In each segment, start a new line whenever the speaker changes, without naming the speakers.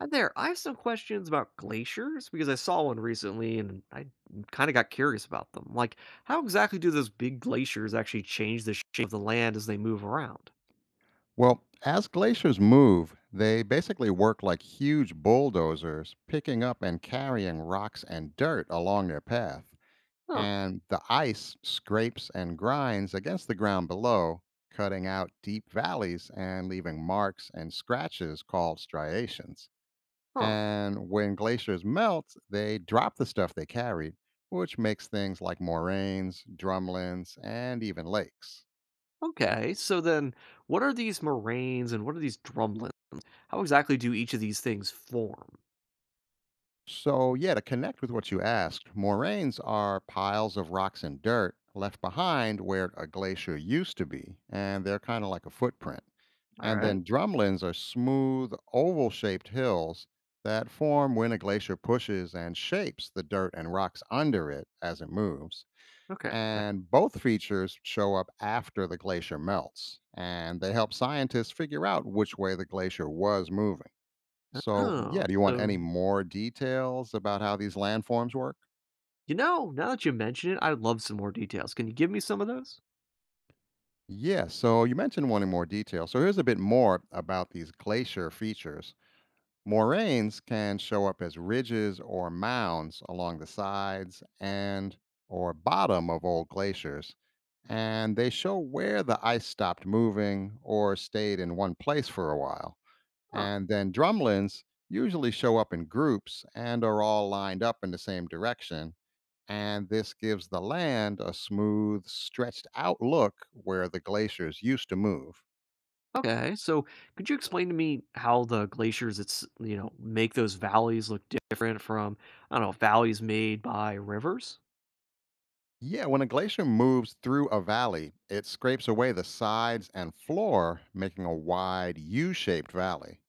Hi there. I have some questions about glaciers because I saw one recently and I kind of got curious about them. Like, how exactly do those big glaciers actually change the shape of the land as they move around?
Well, as glaciers move, they basically work like huge bulldozers, picking up and carrying rocks and dirt along their path.
Huh,
And the ice scrapes and grinds against the ground below, cutting out deep valleys and leaving marks and scratches called striations.
huh.
And when glaciers melt, they drop the stuff they carried, which makes things like moraines, drumlins, and even lakes.
Okay, so then what are these moraines and what are these drumlins? How exactly do each of these things form?
So, yeah, to connect with what you asked, moraines are piles of rocks and dirt left behind where a glacier used to be, and they're kind of like a footprint.
All
And
right,
then drumlins are smooth, oval shaped hills that form when a glacier pushes and shapes the dirt and rocks under it as it moves.
okay.
And both features show up after the glacier melts, and they help scientists figure out which way the glacier was moving. So, yeah,
Oh,
do you want any
so,
more details about how these landforms work?
you know, now that you mention it, I'd love some more details. Can you give me some of those?
Yeah, so you mentioned wanting more detail. So, here's a bit more about these glacier features. Moraines can show up as ridges or mounds along the sides and or bottom of old glaciers, and they show where the ice stopped moving or stayed in one place for a while. And then drumlins usually show up in groups and are all lined up in the same direction, and this gives the land a smooth, stretched out look where the glaciers used to move.
Okay, so could you explain to me how the glaciers it's make those valleys look different from I don't know valleys made by rivers?
Yeah, when a glacier moves through a valley, it scrapes away the sides and floor, making a wide U shaped valley.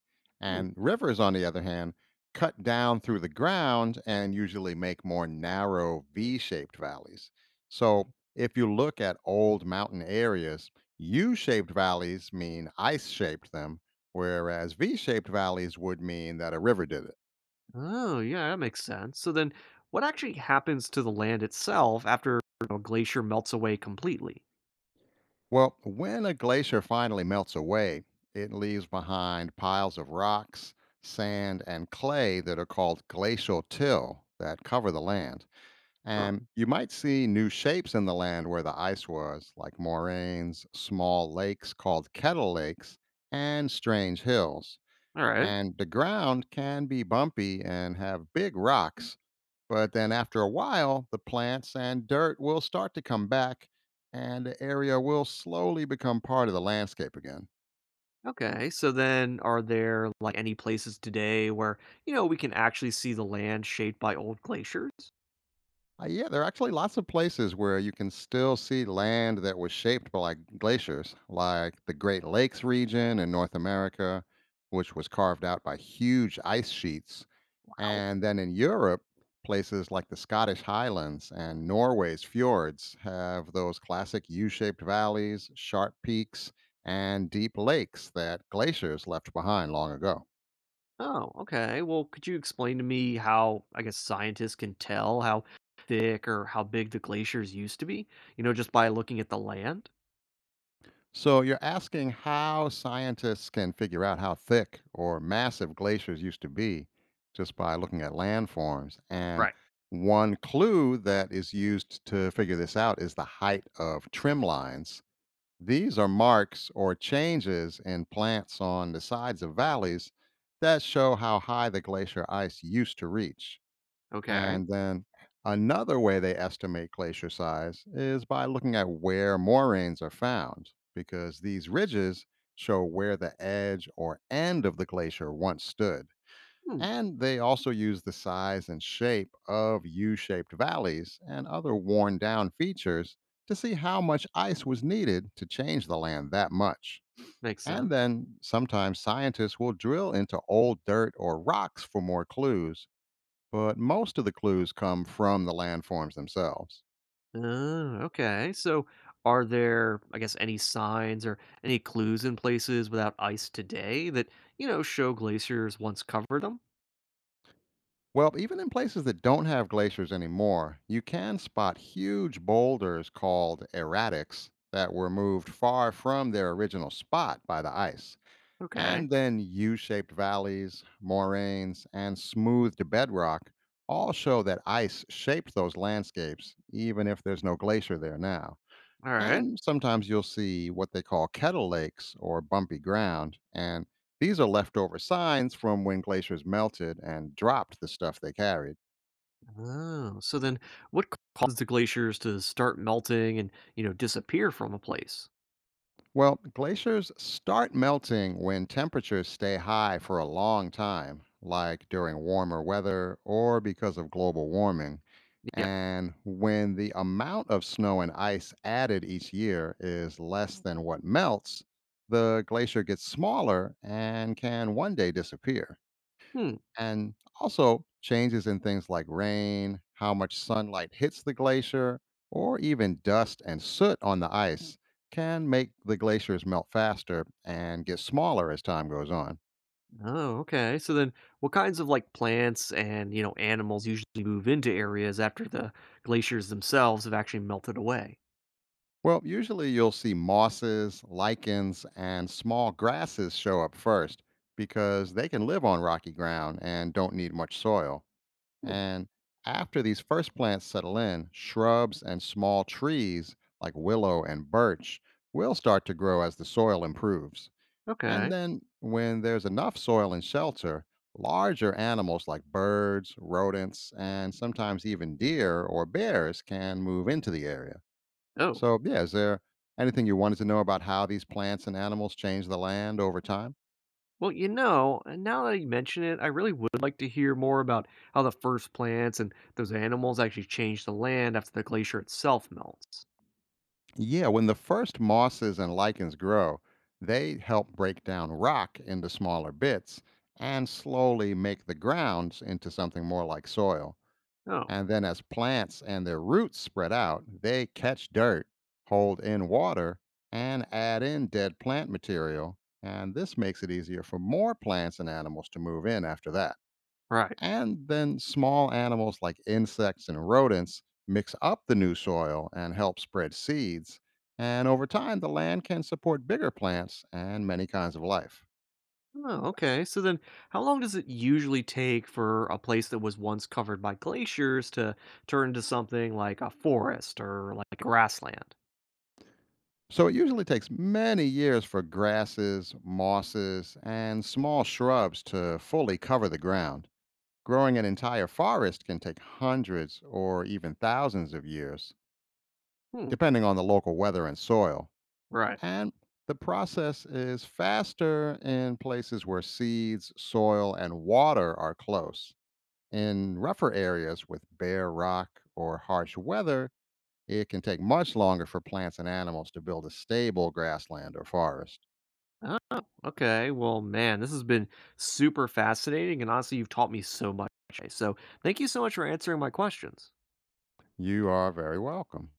Ooh.
And rivers, on the other hand, cut down through the ground and usually make more narrow V shaped valleys. So if you look at old mountain areas, U shaped valleys mean ice shaped them, whereas V shaped valleys would mean that a river did it.
Oh, yeah, that makes sense. So then what actually happens to the land itself after a glacier melts away completely?
Well, when a glacier finally melts away, it leaves behind piles of rocks, sand, and clay that are called glacial till that cover the land.
Huh,
And you might see new shapes in the land where the ice was, like moraines, small lakes called kettle lakes, and strange hills.
all right.
And the ground can be bumpy and have big rocks, but then after a while, the plants and dirt will start to come back and the area will slowly become part of the landscape again.
Okay. So then are there like any places today where, you know, we can actually see the land shaped by old glaciers?
Yeah, there are actually lots of places where you can still see land that was shaped by glaciers, like the Great Lakes region in North America, which was carved out by huge ice sheets. And then in Europe, places like the Scottish Highlands and Norway's fjords have those classic U shaped valleys, sharp peaks, and deep lakes that glaciers left behind long ago.
Oh, okay. Well, could you explain to me how, I guess, scientists can tell how thick or how big the glaciers used to be? You know, just by looking at the land?
So you're asking how scientists can figure out how thick or massive glaciers used to be just by looking at landforms. And
Right.
one clue that is used to figure this out is the height of trim lines. These are marks or changes in plants on the sides of valleys that show how high the glacier ice used to reach.
Okay.
And then another way they estimate glacier size is by looking at where moraines are found, because these ridges show where the edge or end of the glacier once stood.
Hmm.
And they also use the size and shape of U shaped valleys and other worn down features to see how much ice was needed to change the land that much.
Makes
And
sense.
then sometimes scientists will drill into old dirt or rocks for more clues, but most of the clues come from the landforms themselves.
Oh, okay. So, are there, I guess, any signs or any clues in places without ice today that, you know, show glaciers once covered them?
Well, even in places that don't have glaciers anymore, you can spot huge boulders called erratics that were moved far from their original spot by the ice.
Okay.
And then U shaped valleys, moraines, and smoothed bedrock all show that ice shaped those landscapes, even if there's no glacier there now.
All right.
And sometimes you'll see what they call kettle lakes or bumpy ground. And these are leftover signs from when glaciers melted and dropped the stuff they carried.
Oh, so then what caused the glaciers to start melting and, you know, disappear from a place?
Well, glaciers start melting when temperatures stay high for a long time, like during warmer weather or because of global warming.
Yeah.
And when the amount of snow and ice added each year is less than what melts, the glacier gets smaller and can one day disappear.
Hmm.
And also, changes in things like rain, how much sunlight hits the glacier, or even dust and soot on the ice can make the glaciers melt faster and get smaller as time goes on.
Oh, okay. So then what kinds of like plants and, you know, animals usually move into areas after the glaciers themselves have actually melted away?
Well, usually you'll see mosses, lichens, and small grasses show up first because they can live on rocky ground and don't need much soil.
Hmm,
And after these first plants settle in, shrubs and small trees like willow and birch will start to grow as the soil improves. And
okay.
then, when there's enough soil and shelter, larger animals like birds, rodents, and sometimes even deer or bears can move into the area.
Oh.
So, yeah, is there anything you wanted to know about how these plants and animals change the land over time?
Well, you know, now that you mention it, I really would like to hear more about how the first plants and those animals actually change the land after the glacier itself melts.
Yeah, when the first mosses and lichens grow, they help break down rock into smaller bits and slowly make the grounds into something more like soil.
Oh,
And then, as plants and their roots spread out, they catch dirt, hold in water, and add in dead plant material. And this makes it easier for more plants and animals to move in after that.
right.
And then small animals like insects and rodents mix up the new soil and help spread seeds. And over time, the land can support bigger plants and many kinds of life.
Oh, okay. So then how long does it usually take for a place that was once covered by glaciers to turn into something like a forest or like grassland?
So it usually takes many years for grasses, mosses, and small shrubs to fully cover the ground. Growing an entire forest can take hundreds or even thousands of years,
Hmm,
depending on the local weather and soil.
right.
And the process is faster in places where seeds, soil, and water are close. In rougher areas with bare rock or harsh weather, it can take much longer for plants and animals to build a stable grassland or forest.
Oh, okay. Well, man, this has been super fascinating. And honestly, you've taught me so much today. So thank you so much for answering my questions.
You are very welcome.